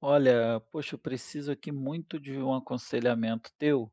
Olha, poxa, eu preciso aqui muito de um aconselhamento teu,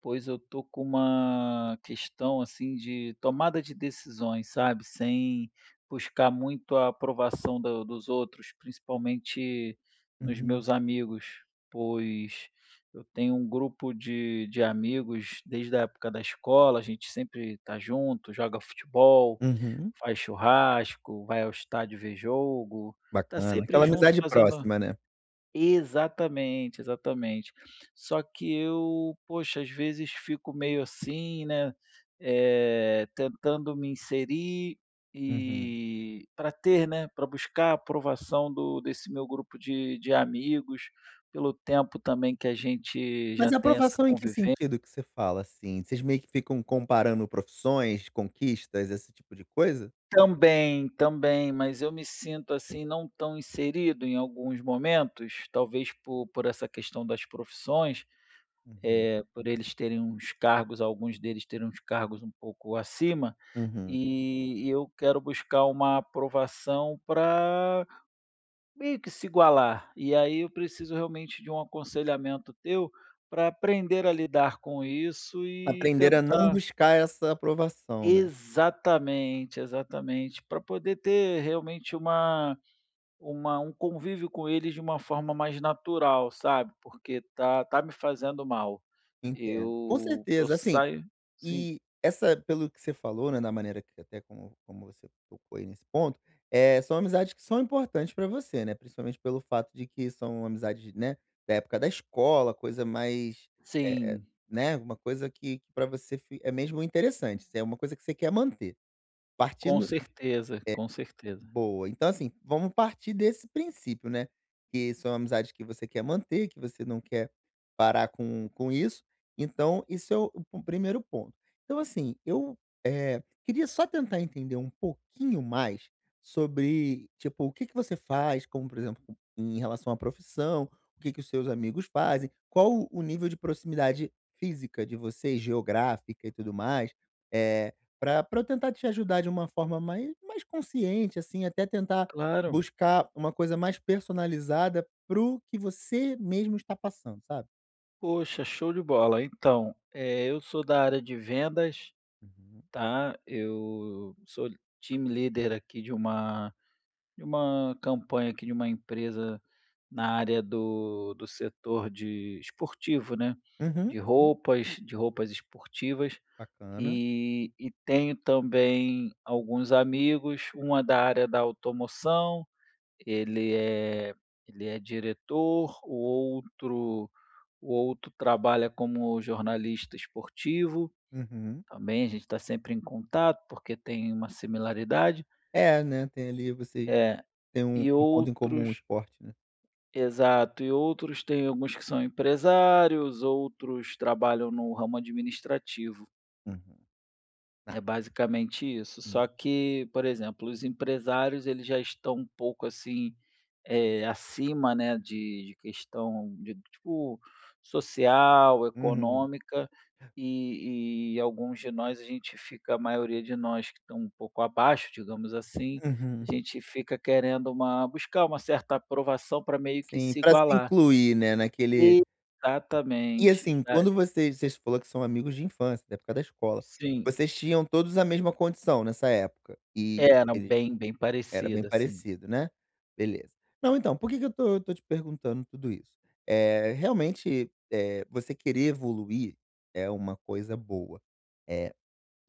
pois eu tô com uma questão assim de tomada de decisões, sabe? Sem buscar muito a aprovação dos outros, principalmente nos Uhum, meus amigos, pois eu tenho um grupo de amigos desde a época da escola, a gente sempre tá junto, joga futebol, uhum, faz churrasco, vai ao estádio ver jogo, tá bacana. sempre Aquela junto amizade fazendo. próxima, né. Exatamente, exatamente. Só que eu, poxa, às vezes fico meio assim, né, tentando me inserir Uhum. e para ter, né, para buscar a aprovação do desse meu grupo de amigos, pelo tempo também que a gente Mas já a tem essa aprovação em que convivência. sentido que você fala, assim? Vocês meio que ficam comparando profissões, conquistas, esse tipo de coisa? Também, também, mas eu me sinto, assim, não tão inserido em alguns momentos, talvez por essa questão das profissões. Uhum, É, por eles terem uns cargos, alguns deles terem uns cargos um pouco acima, uhum. e eu quero buscar uma aprovação para meio que se igualar. E aí eu preciso realmente de um aconselhamento teu para aprender a lidar com isso e Aprender a não tentar. buscar essa aprovação, né. Exatamente, exatamente, para poder ter realmente uma um convívio com eles de uma forma mais natural, sabe, porque tá me fazendo mal. Entendo, com Eu certeza, assim. saio sim, E essa pelo que você falou, né, da maneira que até como você tocou aí nesse ponto, é são amizades que são importantes pra você, né, principalmente pelo fato de que são amizades, né, da época da escola, coisa mais, eh eh, sim, né, uma coisa que pra você fi é mesmo interessante, é uma coisa que você quer manter. com Partindo. certeza, com certeza. Boa. Então, assim, vamos partir desse princípio, né, que são amizades que você quer manter, que você não quer parar com isso. Então, isso é o primeiro ponto. Então, assim, eu, queria só tentar entender um pouquinho mais sobre, tipo, o que que você faz, como, por exemplo, em relação à profissão, o que que os seus amigos fazem, qual o nível de proximidade física de vocês, geográfica e tudo mais. Eh para pra eu tentar te ajudar de uma forma mais consciente, assim, até tentar Claro, buscar uma coisa mais personalizada para o que você mesmo está passando, sabe. poxa, show de bola. Então, eu sou da área de vendas, Uhum. tá, eu sou time leader aqui de uma campanha aqui de uma empresa na área do setor de esportivo, né, Uhum. Sim. De roupas esportivas, Bacana. e tenho também alguns amigos, uma da área da automoção. Ele é ele é diretor, o outro trabalha como jornalista esportivo, Uhum. também a gente está sempre em contato, porque tem uma similaridade. É, né, tem ali você É, tem um e um ponto em comum, o outros esporte, né. exato, e outros tem alguns que são empresários, outros trabalham no ramo administrativo. Uhum. Tá. É basicamente isso, Hum. só que, por exemplo, os empresários eles já estão um pouco assim, acima, né, de questão de tipo social, Uhum. econômica, e alguns de nós a gente fica a maioria de nós que estão um pouco abaixo, digamos assim, a Uhum. gente fica querendo uma buscar uma certa aprovação para meio que Sim, se para se igualar. incluir, né, naquele. E Exatamente. assim, Ah, quando vocês falou que são amigos de infância, da época da escola, sim. vocês tinham todos a mesma condição nessa época e Era eles. Bem Era bem parecida, assim. parecido, né. Beleza. Não, então, por que que eu tô te perguntando tudo isso? É realmente, você querer evoluir é uma coisa boa,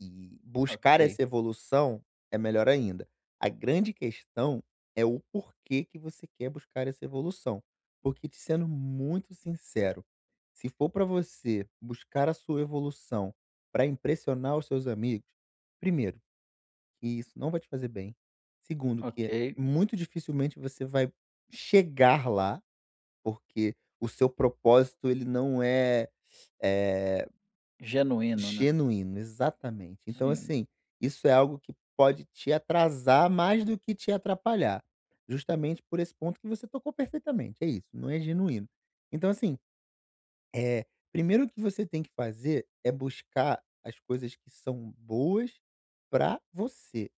e buscar Ok. essa evolução é melhor ainda. A grande questão é o porquê que você quer buscar essa evolução. Porque te sendo muito sincero, se for para você buscar a sua evolução para impressionar os seus amigos, primeiro que isso não vai te fazer bem. Segundo, Ok, que muito dificilmente você vai chegar lá, porque o seu propósito ele não é, eh, genuíno, né. genuíno. Exatamente. Então, Sim, assim, isso é algo que pode te atrasar mais do que te atrapalhar, justamente por esse ponto que você tocou perfeitamente, é isso, não é genuíno. Então assim, é, primeiro que você tem que fazer é buscar as coisas que são boas pra você,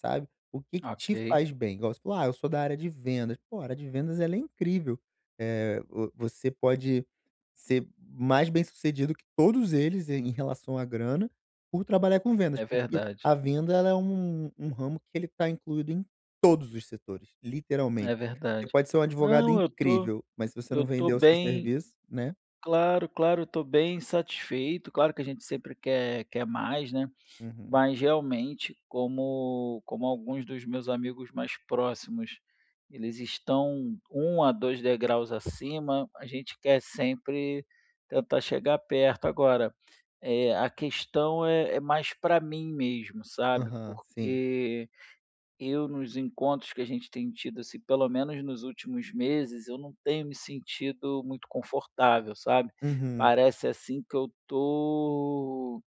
sabe. O que que ok, te faz bem, igual você falou: "Ah, eu sou da área de vendas", pô, a área de vendas ela é incrível, eh, vo você pode ser mais bem-sucedido que todos eles em relação à grana, por trabalhar com vendas, é porque verdade, a venda ela é um ramo que ele está incluído em todos os setores, é literalmente. Você verdade. pode ser um advogado Não, incrível, mas se você eu não tô vender o seu bem serviço, né. claro, claro, eu tô bem satisfeito, claro que a gente sempre quer mais, né. Uhum. Mas realmente, como alguns dos meus amigos mais próximos, eles estão um a 2 degraus acima, a gente quer sempre tentar chegar perto. Agora, a questão é mais para mim mesmo, sabe, Aham, sim. porque eu nos encontros que a gente tem tido, assim, pelo menos nos últimos meses, eu não tenho me sentido muito confortável, sabe. Uhum. Parece, assim, que eu tô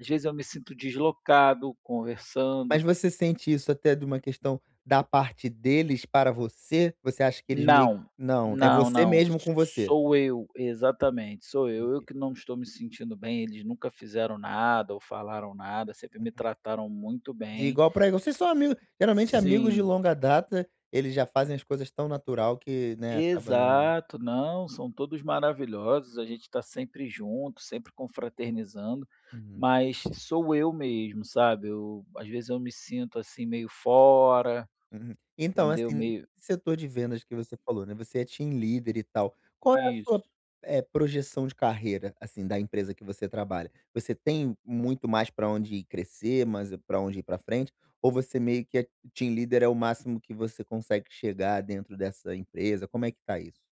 às vezes eu me sinto deslocado conversando. Mas você sente isso até de uma questão da parte deles para você? Você acha que eles meio que Não, não, é não, você não, mesmo com você. sou eu, exatamente, sou eu Entendi. que não estou me sentindo bem, eles nunca fizeram nada ou falaram nada, sempre me Uhum. trataram muito De bem. igual para igual. Vocês são amigos geralmente amigos de Sim. longa data, eles já fazem as coisas tão natural que, né, acaba não. Exato, não, são todos maravilhosos, a gente está sempre junto, sempre confraternizando, Uhum. mas sou eu mesmo, sabe, eu às vezes eu me sinto, assim, meio fora, Uhum. Então, entendeu, assim, meio. esse setor de vendas que você falou, né, você é team leader e tal, qual é a sua, Isso. Projeção de carreira, assim, da empresa que você trabalha? Você tem muito mais para onde crescer, mas para onde ir para frente, ou você meio que é team leader é o máximo que você consegue chegar dentro dessa empresa, como é que tá isso?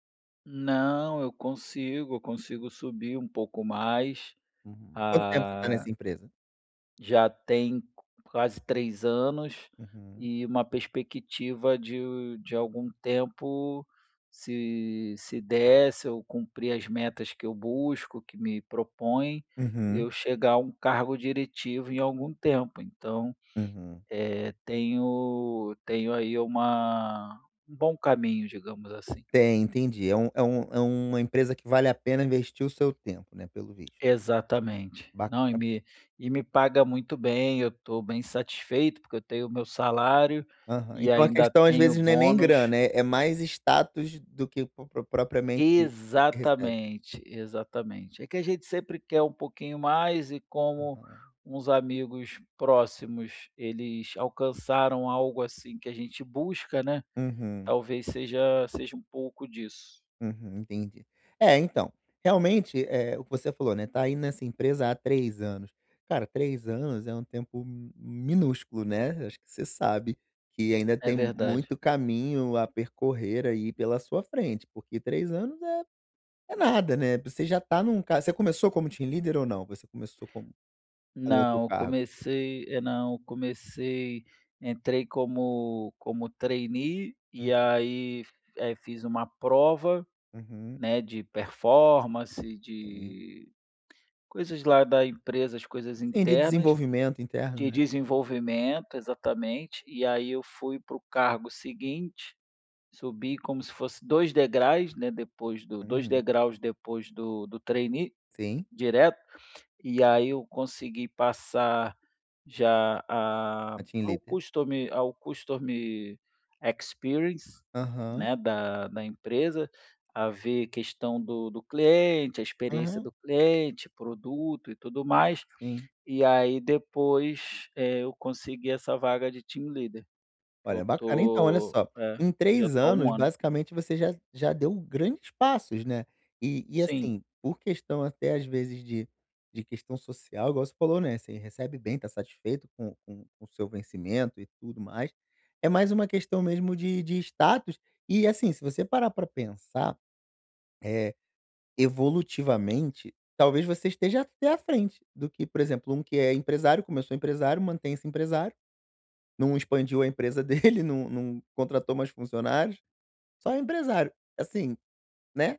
Não, eu consigo subir um pouco mais, Uhum. Quanto tempo você tá ah. nessa empresa? Já tem quase 3 anos Uhum. e uma perspectiva de algum tempo, se der, se eu cumprir as metas que eu busco, que me propõem, Uhum, eu chegar a um cargo diretivo em algum tempo. Então, uhum. Tenho aí uma um bom caminho, digamos assim. Tem, entendi. É uma empresa que vale a pena investir o seu tempo, né, pelo visto. Exatamente. Não, Bacana. E me paga muito bem, eu estou bem satisfeito, porque eu tenho o meu salário Aham. e Então a ainda questão às tenho vezes não é nem bônus, grana, é mais status do que po pro propriamente o que recebe. exatamente, exatamente. É que a gente sempre quer um pouquinho mais e como Aham. uns amigos próximos, eles alcançaram algo assim que a gente busca, né, Uhum, talvez seja um pouco disso. uhum, entendi. É, então, realmente, o que você falou, né, tá aí nessa empresa há 3 anos. Cara, 3 anos é um tempo mi minúsculo, né, acho que você sabe que ainda É tem verdade. muito caminho a percorrer aí pela sua frente, porque 3 anos é nada, né, você já tá num ca você começou como team leader ou não? Você começou com outro cargo? Não, eu comecei entrei como trainee e Hum, aí, fiz uma prova, uhum. né, de performance, Sim. de coisas lá da empresa, as coisas Sim, de internas, desenvolvimento interno, de né. desenvolvimento, exatamente, e aí eu fui para o cargo seguinte, subi como se fosse 2 degraus, né, depois do 2 Uhum. degraus depois do trainee, Sim, direto. E aí eu consegui passar já a a team ao leader. Customer Experience, Aham, né, da empresa, a ver questão do cliente, a experiência aham. do cliente, produto e tudo mais. Sim. E aí depois, eu consegui essa vaga de Team Leader, que eu Olha, bacana. Então, olha tô só, é, em que eu já 3 tô há anos, 1 ano. basicamente, você já deu grandes passos, né. E, Sim. assim, por questão até, às vezes, de questão social, igual você falou, né, você recebe bem, tá satisfeito com o seu vencimento e tudo mais. É mais uma questão mesmo de status e, assim, se você parar para pensar, eh evolutivamente, talvez você esteja até à frente do que, por exemplo, um que é empresário, começou empresário, mantém-se empresário, não expandiu a empresa dele, não contratou mais funcionários, só é empresário. Assim, né,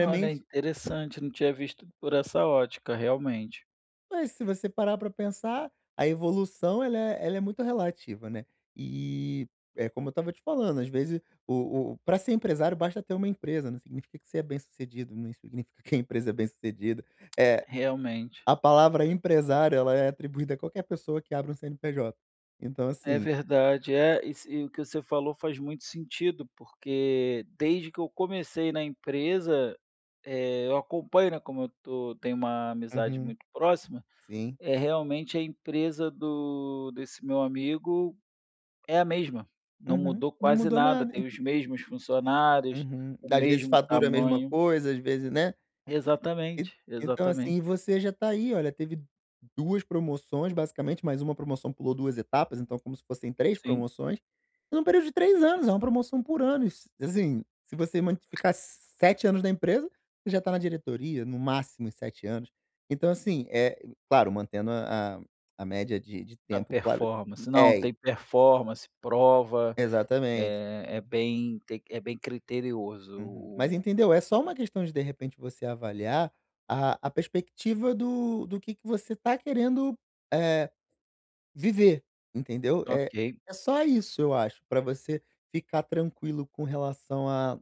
Olha, interessante, não tinha visto por essa ótica, realmente, Mas se você parar para pensar, a evolução ela é muito relativa, né. E, é como eu estava te falando, às vezes o pra ser empresário basta ter uma empresa, não significa que você é bem-sucedido, não significa que a empresa é bem-sucedida. Eh realmente. A palavra empresário, ela é atribuída a qualquer pessoa que abre um CNPJ. Então É assim. verdade, é, e se e o que você falou faz muito sentido, porque desde que eu comecei na empresa, eu acompanho, né, como eu tô tenho uma amizade Uhum, muito próxima, sim. é realmente a empresa do desse meu amigo é a mesma, não Uhum. mudou Não quase mudou nada, nada. tem os mesmos funcionários, Uhum. o Às vezes mesmo fatura a mesma tamanho. coisa, às vezes, né. E Exatamente, então, assim, exatamente. e você já tá aí, olha, teve 2 promoções basicamente, mas uma promoção pulou 2 etapas, então como se fossem três Sim, promoções, num período de 3 anos, é uma promoção por ano, e se assim, se você man ficar 7 anos na empresa, você já tá na diretoria, no máximo em 7 anos. Então, assim, é claro, mantendo a média de a tempo, claro. performance. Não, É, tem performance, prova. exatamente. É é bem tem é bem criterioso Uhum. Mas entendeu? É só uma questão de repente, você avaliar a perspectiva do que, você está querendo eh, viver, entendeu? o É, ok, é só isso, eu acho, para você ficar tranquilo com relação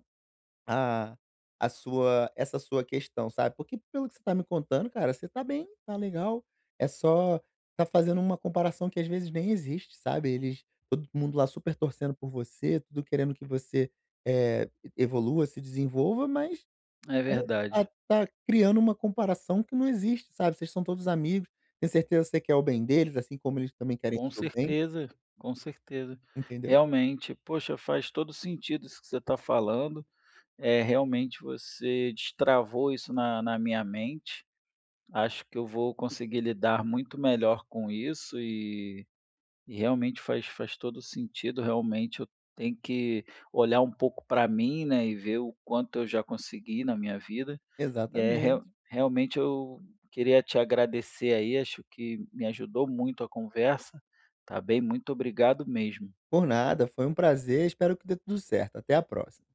a a sua essa sua questão, sabe, porque pelo que você tá me contando, cara, você tá bem, tá legal, é só tá fazendo uma comparação que às vezes nem existe, sabe, eles todo mundo lá super torcendo por você, tudo querendo que você, eh, evolua, se desenvolva, mas. é Hum. verdade. Tá criando uma comparação que não existe, sabe, vocês são todos amigos, tenho certeza que você quer o bem deles, assim como eles também querem Com o seu bem, certeza, com certeza. entendeu? Realmente, poxa, faz todo sentido isso que você está falando, é realmente você destravou isso na minha mente. Acho que eu vou conseguir lidar muito melhor com isso e realmente faz todo sentido, realmente eu tenho que olhar um pouco para mim, né, e ver o quanto eu já consegui na minha vida. É, Exatamente. Realmente eu queria te agradecer aí, acho que me ajudou muito a conversa, tá bem? Muito obrigado mesmo. Por nada, foi um prazer, espero que dê tudo certo, até a próxima.